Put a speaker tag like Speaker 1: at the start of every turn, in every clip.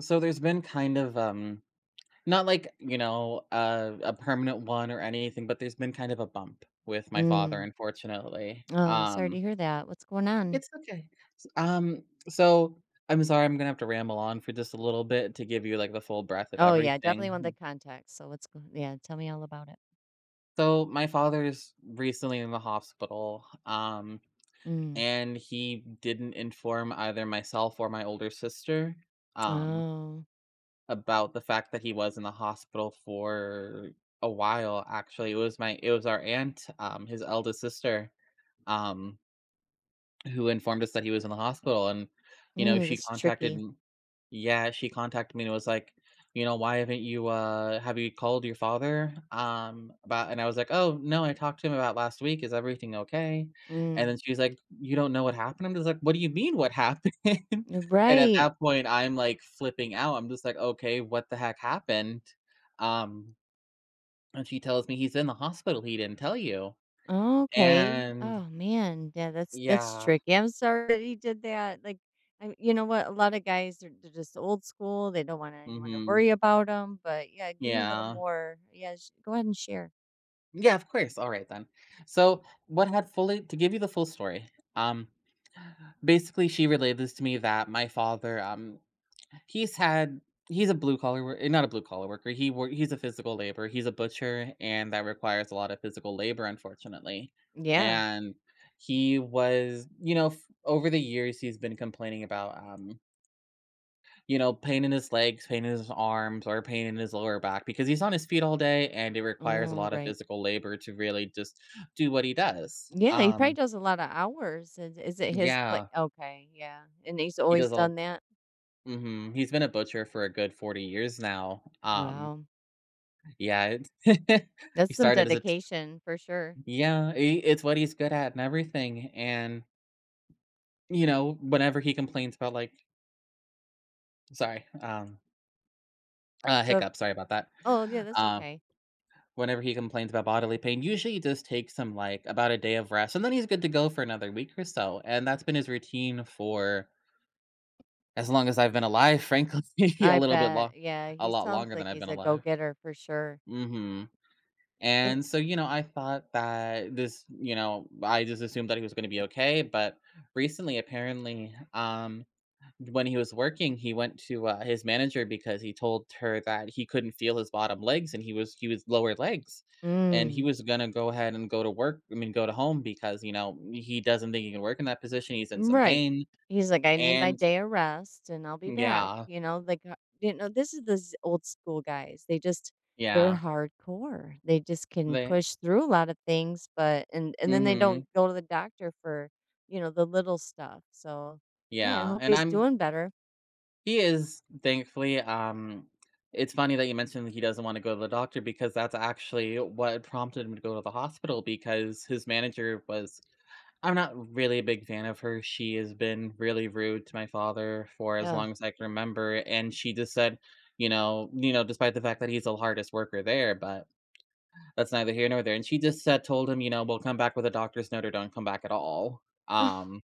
Speaker 1: So there's been kind of not like, a permanent one or anything, but there's been kind of a bump with my father,
Speaker 2: Mm.
Speaker 1: unfortunately.
Speaker 2: Oh, sorry to hear that. What's going on?
Speaker 1: It's okay. S- Um so I'm sorry, I'm going to have to ramble on for just a little bit to give you like the full breadth of
Speaker 2: Oh, yeah,
Speaker 1: everything.
Speaker 2: definitely want the context. So what's going? Yeah, tell me all about it.
Speaker 1: So my father's recently in the hospital.
Speaker 2: Mm.
Speaker 1: And he didn't inform either myself or my older sister. Um
Speaker 2: Oh.
Speaker 1: about the fact that he was in the hospital for a while, actually. It was our aunt, his eldest sister, um, who informed us that he was in the hospital. And you know
Speaker 2: Ooh,
Speaker 1: she
Speaker 2: this is
Speaker 1: contacted
Speaker 2: tricky.
Speaker 1: m- yeah, she contacted me and was like, you know, why haven't you have you called your father about? And I was like, oh no, I talked to him about last week, is everything okay? And
Speaker 2: Mm.
Speaker 1: then she was like, you don't know what happened? I'm just like, what do you mean what happened? And at
Speaker 2: Right.
Speaker 1: that point I'm like flipping out, I'm just like, okay, what the heck happened? um and she tells me, he's in the hospital, he didn't tell you.
Speaker 2: Okay.
Speaker 1: And
Speaker 2: Oh man. Yeah, that's
Speaker 1: yeah.
Speaker 2: tricky. I'm sorry that he did that. Like I you know what? A lot of guys are they're just old school. They don't want anyone to
Speaker 1: hmm
Speaker 2: worry about them. But yeah, give me a little
Speaker 1: yeah
Speaker 2: more. Yeah, go ahead and share.
Speaker 1: Yeah, of course. All right then. So, what had, fully to give you the full story. Um Basically she relayed this to me that my father, he's had, he's a blue collar wor- eh, not a blue collar worker. He's a physical labor. He's a butcher and that requires a lot of physical labor, unfortunately.
Speaker 2: Yeah.
Speaker 1: And he was, over the years, he's been complaining about, you know, pain in his legs, pain in his arms, or pain in his lower back because he's on his feet all day and it requires a
Speaker 2: Oh,
Speaker 1: lot of
Speaker 2: right.
Speaker 1: physical labor to really just do what he does.
Speaker 2: Yeah, he probably does a lot of hours. Is it his play?
Speaker 1: Yeah,
Speaker 2: Okay, yeah, and he's
Speaker 1: he
Speaker 2: always
Speaker 1: does all.
Speaker 2: done that?
Speaker 1: Mhm, he's been a butcher for a good 40 years now.
Speaker 2: Wow,
Speaker 1: Yeah, it's
Speaker 2: that's
Speaker 1: he
Speaker 2: some
Speaker 1: started as a t
Speaker 2: dedication for sure.
Speaker 1: yeah, I it's what he's good at and everything, and, you know, whenever he complains about, like, sorry,
Speaker 2: So
Speaker 1: hiccup, sorry about that.
Speaker 2: oh, yeah, that's
Speaker 1: Um
Speaker 2: okay.
Speaker 1: Whenever he complains about bodily pain, usually he just takes some, like, about a day of rest, and then he's good to go for another week or so, and that's been his routine for as long as I've been alive, frankly. a
Speaker 2: I
Speaker 1: little bit long
Speaker 2: bet, yeah,
Speaker 1: a
Speaker 2: he
Speaker 1: lot
Speaker 2: sounds
Speaker 1: longer than
Speaker 2: like
Speaker 1: I've
Speaker 2: he's
Speaker 1: been
Speaker 2: a
Speaker 1: alive.
Speaker 2: go-getter for sure,
Speaker 1: Mhm.
Speaker 2: and
Speaker 1: And so, you know, I thought that this, you know, I just assumed that he was gonna be okay, but recently, apparently, when he was working, he went to, his manager because he told her that he couldn't feel his bottom legs, and he was lower legs, and he
Speaker 2: Mm.
Speaker 1: was gonna go ahead and go to work, I mean, go to home because, you know, he doesn't think he can work in that position, he's in some
Speaker 2: Right.
Speaker 1: pain,
Speaker 2: He's like, "I need my
Speaker 1: and
Speaker 2: day of rest and I'll be back,"
Speaker 1: yeah,
Speaker 2: you know, like, you know, this is the z old school guys. They just they're
Speaker 1: yeah,
Speaker 2: hardcore. They just can
Speaker 1: they.
Speaker 2: push through a lot of things, but and then they don't
Speaker 1: Mhm,
Speaker 2: go to the doctor for, you know, the little stuff. So, yeah, I
Speaker 1: yeah,
Speaker 2: hope
Speaker 1: and
Speaker 2: he's
Speaker 1: I'm,
Speaker 2: doing better.
Speaker 1: he is, thankfully. It's funny that you mentioned that he doesn't wanna go to the doctor because that's actually what prompted him to go to the hospital because his manager was, I'm not really a big fan of her. She has been really rude to my father for as
Speaker 2: Yeah.
Speaker 1: long as I can remember, and she just said, you know, despite the fact that he's the hardest worker there, but that's neither here nor there. And she just said, told him, you know, we'll come back with a doctor's note or don't come back at all. Um,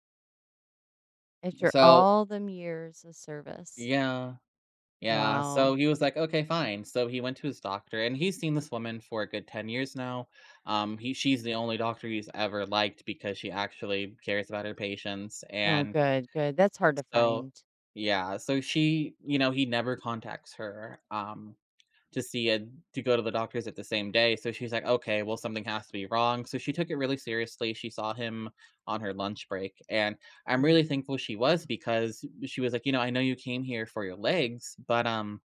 Speaker 2: After
Speaker 1: so
Speaker 2: all them years of service.
Speaker 1: yeah, yeah. So
Speaker 2: Wow.
Speaker 1: he was like, okay, fine. So he went to his doctor, and he's seen this woman for a good 10 years now. He, she's the only doctor he's ever liked because she actually cares about her patients.
Speaker 2: Oh,
Speaker 1: And
Speaker 2: good, good. That's hard to
Speaker 1: so,
Speaker 2: find.
Speaker 1: yeah, so she, you know, he never contacts her, to see a to go to the doctors at the same day, so she's like, "Okay, well, something has to be wrong." So she took it really seriously, she saw him on her lunch break, and I'm
Speaker 2: Mm.
Speaker 1: really thankful she was because she was like, "You know, I know you came here for your legs, but,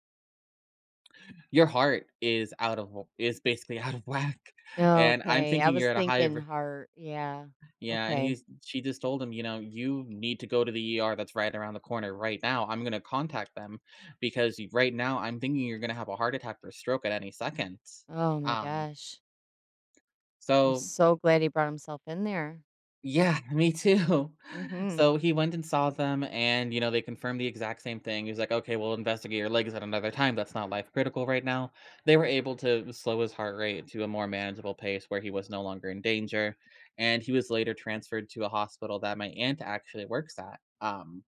Speaker 1: your heart is out of is basically out of whack, and I'm
Speaker 2: Okay, I
Speaker 1: thinking
Speaker 2: was
Speaker 1: you're at a
Speaker 2: thinking
Speaker 1: higher,
Speaker 2: heart, yeah.
Speaker 1: yeah, and
Speaker 2: Okay.
Speaker 1: he's she just told him, you know, you need to go to the ER that's right around the corner right now. I'm gonna contact them because right now I'm thinking you're gonna have a heart attack or stroke at any second.
Speaker 2: Oh my
Speaker 1: Um,
Speaker 2: gosh. I'm
Speaker 1: so
Speaker 2: so glad he brought himself in there.
Speaker 1: Yeah, me too.
Speaker 2: Mhm.
Speaker 1: So he went and saw them, and you know they confirmed the exact same thing. He was like, "Okay, we'll investigate your legs at another time. That's not life critical right now." They were able to slow his heart rate to a more manageable pace where he was no longer in danger, and he was later transferred to a hospital that my aunt actually works at.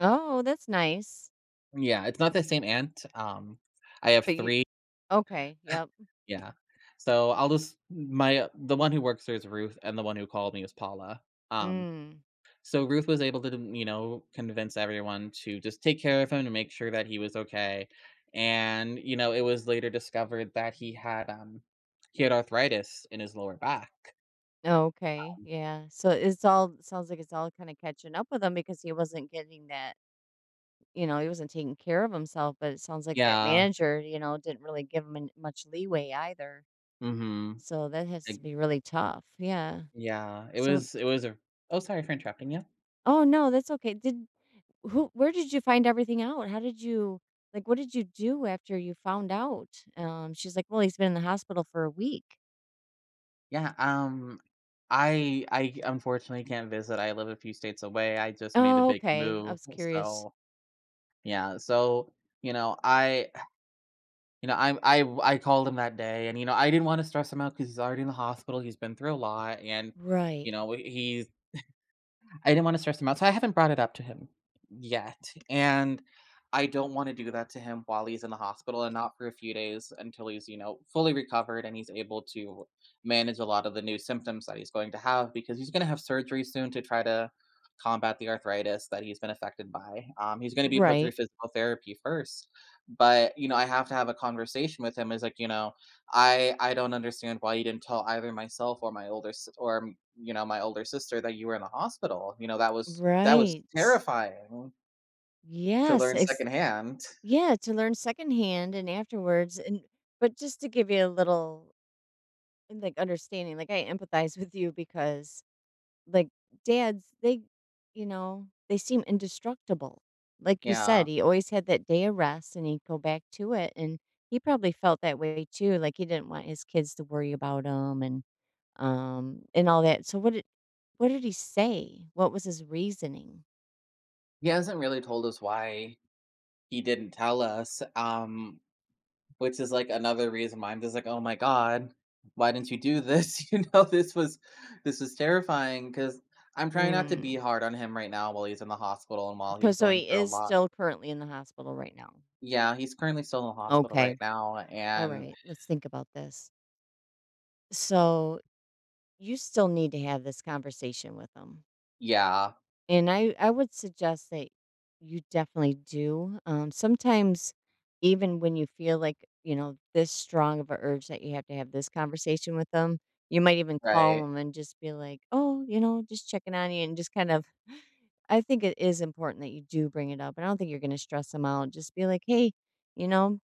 Speaker 2: Oh, that's nice.
Speaker 1: Yeah, it's not the same aunt. I have
Speaker 2: But you
Speaker 1: three.
Speaker 2: okay, yep.
Speaker 1: Yeah, so I'll just, my, the one who works there is Ruth, and the one who called me is Paula. Um,
Speaker 2: Mm.
Speaker 1: So Ruth was able to, you know, convince everyone to just take care of him to make sure that he was okay. And, you know, it was later discovered that he had, he had arthritis in his lower back.
Speaker 2: Okay. Yeah. So it's all sounds like it's all kind of catching up with him because he wasn't getting that, you know, he wasn't taking care of himself, but it sounds like that
Speaker 1: Yeah.
Speaker 2: manager, you know, didn't really give him much leeway either.
Speaker 1: Mm-hmm.
Speaker 2: So that has to
Speaker 1: Like,
Speaker 2: be really tough. Yeah.
Speaker 1: yeah. It
Speaker 2: So
Speaker 1: was, it was a oh, sorry for interrupting you.
Speaker 2: oh no, that's okay. Did Who where did you find everything out? How did you like, what did you do after you found out? She's like, "Well, he's been in the hospital for a week."
Speaker 1: Yeah. I unfortunately can't visit. I live a few states away. I just made a
Speaker 2: Oh,
Speaker 1: big
Speaker 2: okay. I
Speaker 1: move.
Speaker 2: was curious.
Speaker 1: So yeah. So, you know, I you know, I called him that day and, you know, I didn't wanna stress him out because he's already in the hospital, he's been through a lot, and, you
Speaker 2: Right.
Speaker 1: know, he's I didn't wanna stress him out, so I haven't brought it up to him yet, and I don't wanna do that to him while he's in the hospital and not for a few days until he's, you know, fully recovered and he's able to manage a lot of the new symptoms that he's going to have because he's gonna have surgery soon to try to combat the arthritis that he's been affected by. He's gonna be put through
Speaker 2: Right.
Speaker 1: physical therapy first, but, you know, I have to have a conversation with him. Is like, you know, I don't understand why you didn't tell either myself or my older you know, my older sister that you were in the hospital, you know, that was, that was
Speaker 2: Right.
Speaker 1: terrifying to
Speaker 2: Yes.
Speaker 1: learn secondhand.
Speaker 2: Yeah, to learn secondhand and afterwards and but just to give you a little like understanding, like I empathize with you because like dads, they, you know, they seem indestructible. Like you
Speaker 1: Yeah.
Speaker 2: said, he always had that day of rest and he'd go back to it. And he probably felt that way too. Like he didn't want his kids to worry about him and all that. So what did he say? What was his reasoning?
Speaker 1: He hasn't really told us why he didn't tell us, which is, like, another reason why I'm just like, "Oh my god, why didn't you do this?" You know, this was, this was terrifying because, 'cause I'm trying not to be
Speaker 2: Mm.
Speaker 1: hard on him right now while he's in the hospital and while he's
Speaker 2: Cause so
Speaker 1: going
Speaker 2: he
Speaker 1: through a
Speaker 2: is
Speaker 1: lot.
Speaker 2: still currently in the hospital right now.
Speaker 1: Yeah, he's currently still in the hospital
Speaker 2: Okay.
Speaker 1: right now,
Speaker 2: All
Speaker 1: and
Speaker 2: right. Let's think about this. So you still need to have this conversation with him.
Speaker 1: yeah,
Speaker 2: And I would suggest that you definitely do. Sometimes, even when you feel like you know this strong of a urge that you have to have this conversation with them, you might even call
Speaker 1: right.
Speaker 2: them and just be like, "Oh, you know, just checking on you," and just kind of. I think it is important that you do bring it up. I don't think you're going to stress them out. Just be like, "Hey, you know."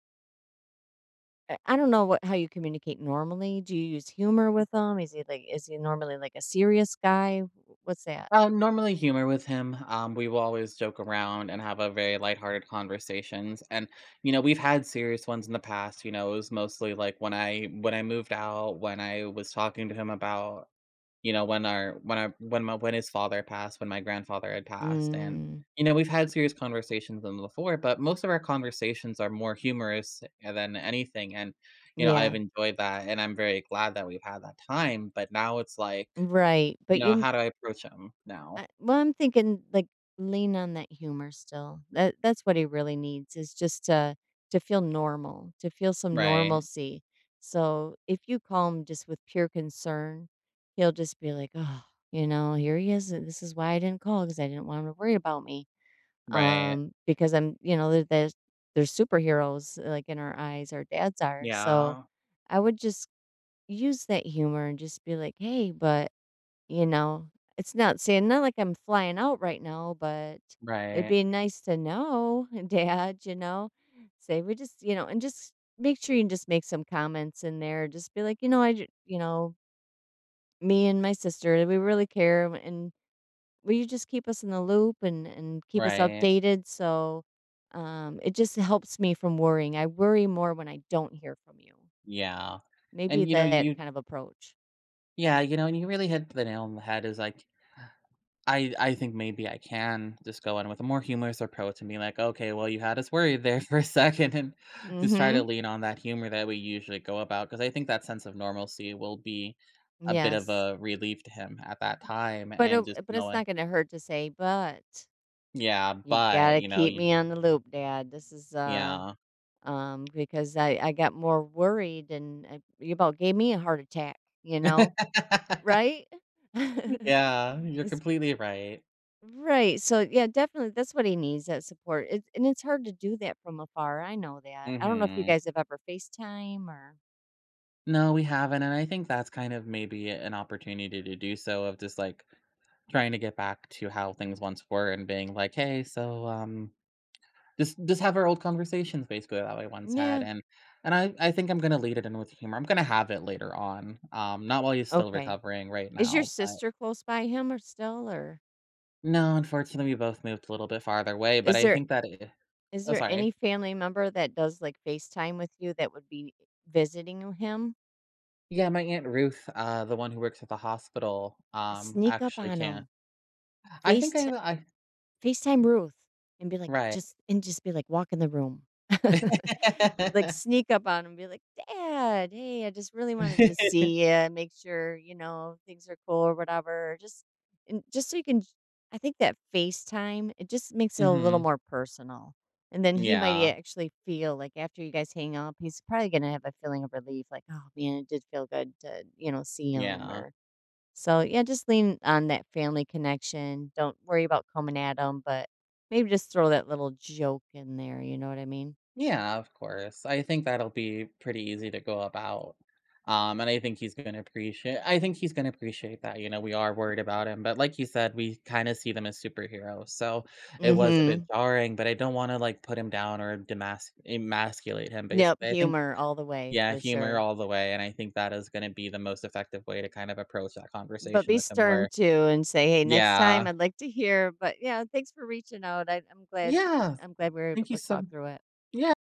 Speaker 2: I don't know what how you communicate normally. Do you use humor with them? Is he like is he normally like a serious guy? What's that?
Speaker 1: Normally humor with him. We will always joke around and have a very lighthearted conversations. And you know, we've had serious ones in the past. You know, it was mostly like when I moved out, when I was talking to him about, you know, when his father passed, when my grandfather had passed, and
Speaker 2: Mm,
Speaker 1: you know we've had serious conversations with him before. But most of our conversations are more humorous, than anything. And you know,
Speaker 2: yeah.
Speaker 1: I've enjoyed that, and I'm very glad that we've had that time. But now it's like,
Speaker 2: Right,
Speaker 1: you
Speaker 2: but you
Speaker 1: know,
Speaker 2: m
Speaker 1: how do I approach him now?
Speaker 2: I well, I'm thinking, like, lean on that humor still. That that's what he really needs is just to feel normal, to feel some
Speaker 1: Right,
Speaker 2: normalcy. So, if you call him just with pure concern, he'll just be like, "Oh, you know, here he is, this is why I didn't call because I didn't want him to worry about me."
Speaker 1: right.
Speaker 2: Because I'm you know, they're superheroes, like, in our eyes, our dads are. So,
Speaker 1: Yeah,
Speaker 2: I would just use that humor and just be like, "Hey, but" you know, it's not saying not like I'm flying out right now, but it'd
Speaker 1: right,
Speaker 2: be nice to know, Dad, you know. Say we just, you know, and just make sure you just make some comments in there. Just be like, you know, you know, me and my sister, we really care, and will you just keep us in the loop and keep us
Speaker 1: right.
Speaker 2: updated? So, it just helps me from worrying. I worry more when I don't hear from you.
Speaker 1: Yeah,
Speaker 2: Maybe
Speaker 1: and, you know,
Speaker 2: that
Speaker 1: you
Speaker 2: kind of approach.
Speaker 1: yeah, you know, and you really hit the nail on the head is, like, I think maybe I can just go in with a more humorous approach and be like, "Okay, well, you had us worried there for a second, and just try
Speaker 2: Mm-hmm.
Speaker 1: to lean on that humor that we usually go about because I think that sense of normalcy will be a bit of
Speaker 2: Yes.
Speaker 1: a relief to him at that time
Speaker 2: But
Speaker 1: and
Speaker 2: it
Speaker 1: just
Speaker 2: but it's
Speaker 1: knowing,
Speaker 2: not gonna hurt to say, "But
Speaker 1: yeah,
Speaker 2: you
Speaker 1: but,
Speaker 2: gotta
Speaker 1: you know,
Speaker 2: keep
Speaker 1: you.
Speaker 2: me on the loop, Dad. This is,
Speaker 1: Yeah.
Speaker 2: because I got more worried and I you about gave me a heart attack," you know, right?
Speaker 1: Yeah, you're
Speaker 2: It's
Speaker 1: completely right.
Speaker 2: right, so, yeah, definitely, that's what he needs, that support. It and it's hard to do that from afar, I know that. I don't know if you
Speaker 1: Mhm.
Speaker 2: guys have ever FaceTime or
Speaker 1: No, we haven't, and I think that's kind of maybe an opportunity to do so of just, like, trying to get back to how things once were and being like, "Hey, so, um," just have our old conversations basically that we once had,
Speaker 2: yeah,
Speaker 1: and I think I'm gonna lead it in with humor. I'm gonna have it later on, not while he's still
Speaker 2: okay.
Speaker 1: recovering right
Speaker 2: Is your
Speaker 1: now, but
Speaker 2: sister close by him or still, or
Speaker 1: no, unfortunately, we both moved a little bit farther away, but
Speaker 2: is
Speaker 1: I
Speaker 2: there?
Speaker 1: think that I
Speaker 2: Is
Speaker 1: oh,
Speaker 2: there any
Speaker 1: sorry.
Speaker 2: family member that does, like, FaceTime with you that would be visiting him?
Speaker 1: Yeah, my Aunt Ruth, the one who works at the hospital,
Speaker 2: Sneak up
Speaker 1: actually
Speaker 2: on
Speaker 1: can,
Speaker 2: him.
Speaker 1: I
Speaker 2: Face
Speaker 1: think I have a- I
Speaker 2: FaceTime Ruth and be like,
Speaker 1: right.
Speaker 2: just and just be like, walk in the room. Like sneak up on him and be like, Dad, hey, I just really wanted to see you and make sure, you know, things are cool or whatever. Just and just so you can I think that FaceTime, it just makes it a little
Speaker 1: Mhm.
Speaker 2: more personal. And then he might
Speaker 1: Yeah,
Speaker 2: actually feel like after you guys hang up, he's probably gonna have a feeling of relief, like, oh man, it did feel good to, you know, see him
Speaker 1: yeah.
Speaker 2: or so, yeah, just lean on that family connection. Don't worry about coming at them, but maybe just throw that little joke in there. You know what I mean?
Speaker 1: Yeah, of course. I think that'll be pretty easy to go about. And I think he's gonna appreciate, I think he's gonna appreciate that, you know, we are worried about him, but like you said, we kinda see them as superheroes, so it
Speaker 2: Mm
Speaker 1: was a bit
Speaker 2: hmm.
Speaker 1: jarring, but I don't wanna, like, put him down or demas emasculate him,
Speaker 2: Yep.
Speaker 1: basically. I think
Speaker 2: Humor all the way
Speaker 1: yeah,
Speaker 2: for
Speaker 1: humor
Speaker 2: sure.
Speaker 1: all the way, and I think that is gonna be the most effective way to kind of approach that
Speaker 2: But
Speaker 1: conversation
Speaker 2: be
Speaker 1: with him
Speaker 2: stern
Speaker 1: where
Speaker 2: too and say, hey, next time
Speaker 1: yeah.
Speaker 2: I'd like to hear. But yeah, thanks for reaching out. I, I'm glad.
Speaker 1: Yeah,
Speaker 2: I'm glad we were able
Speaker 1: thank you
Speaker 2: to
Speaker 1: so,
Speaker 2: talk through it.
Speaker 1: yeah,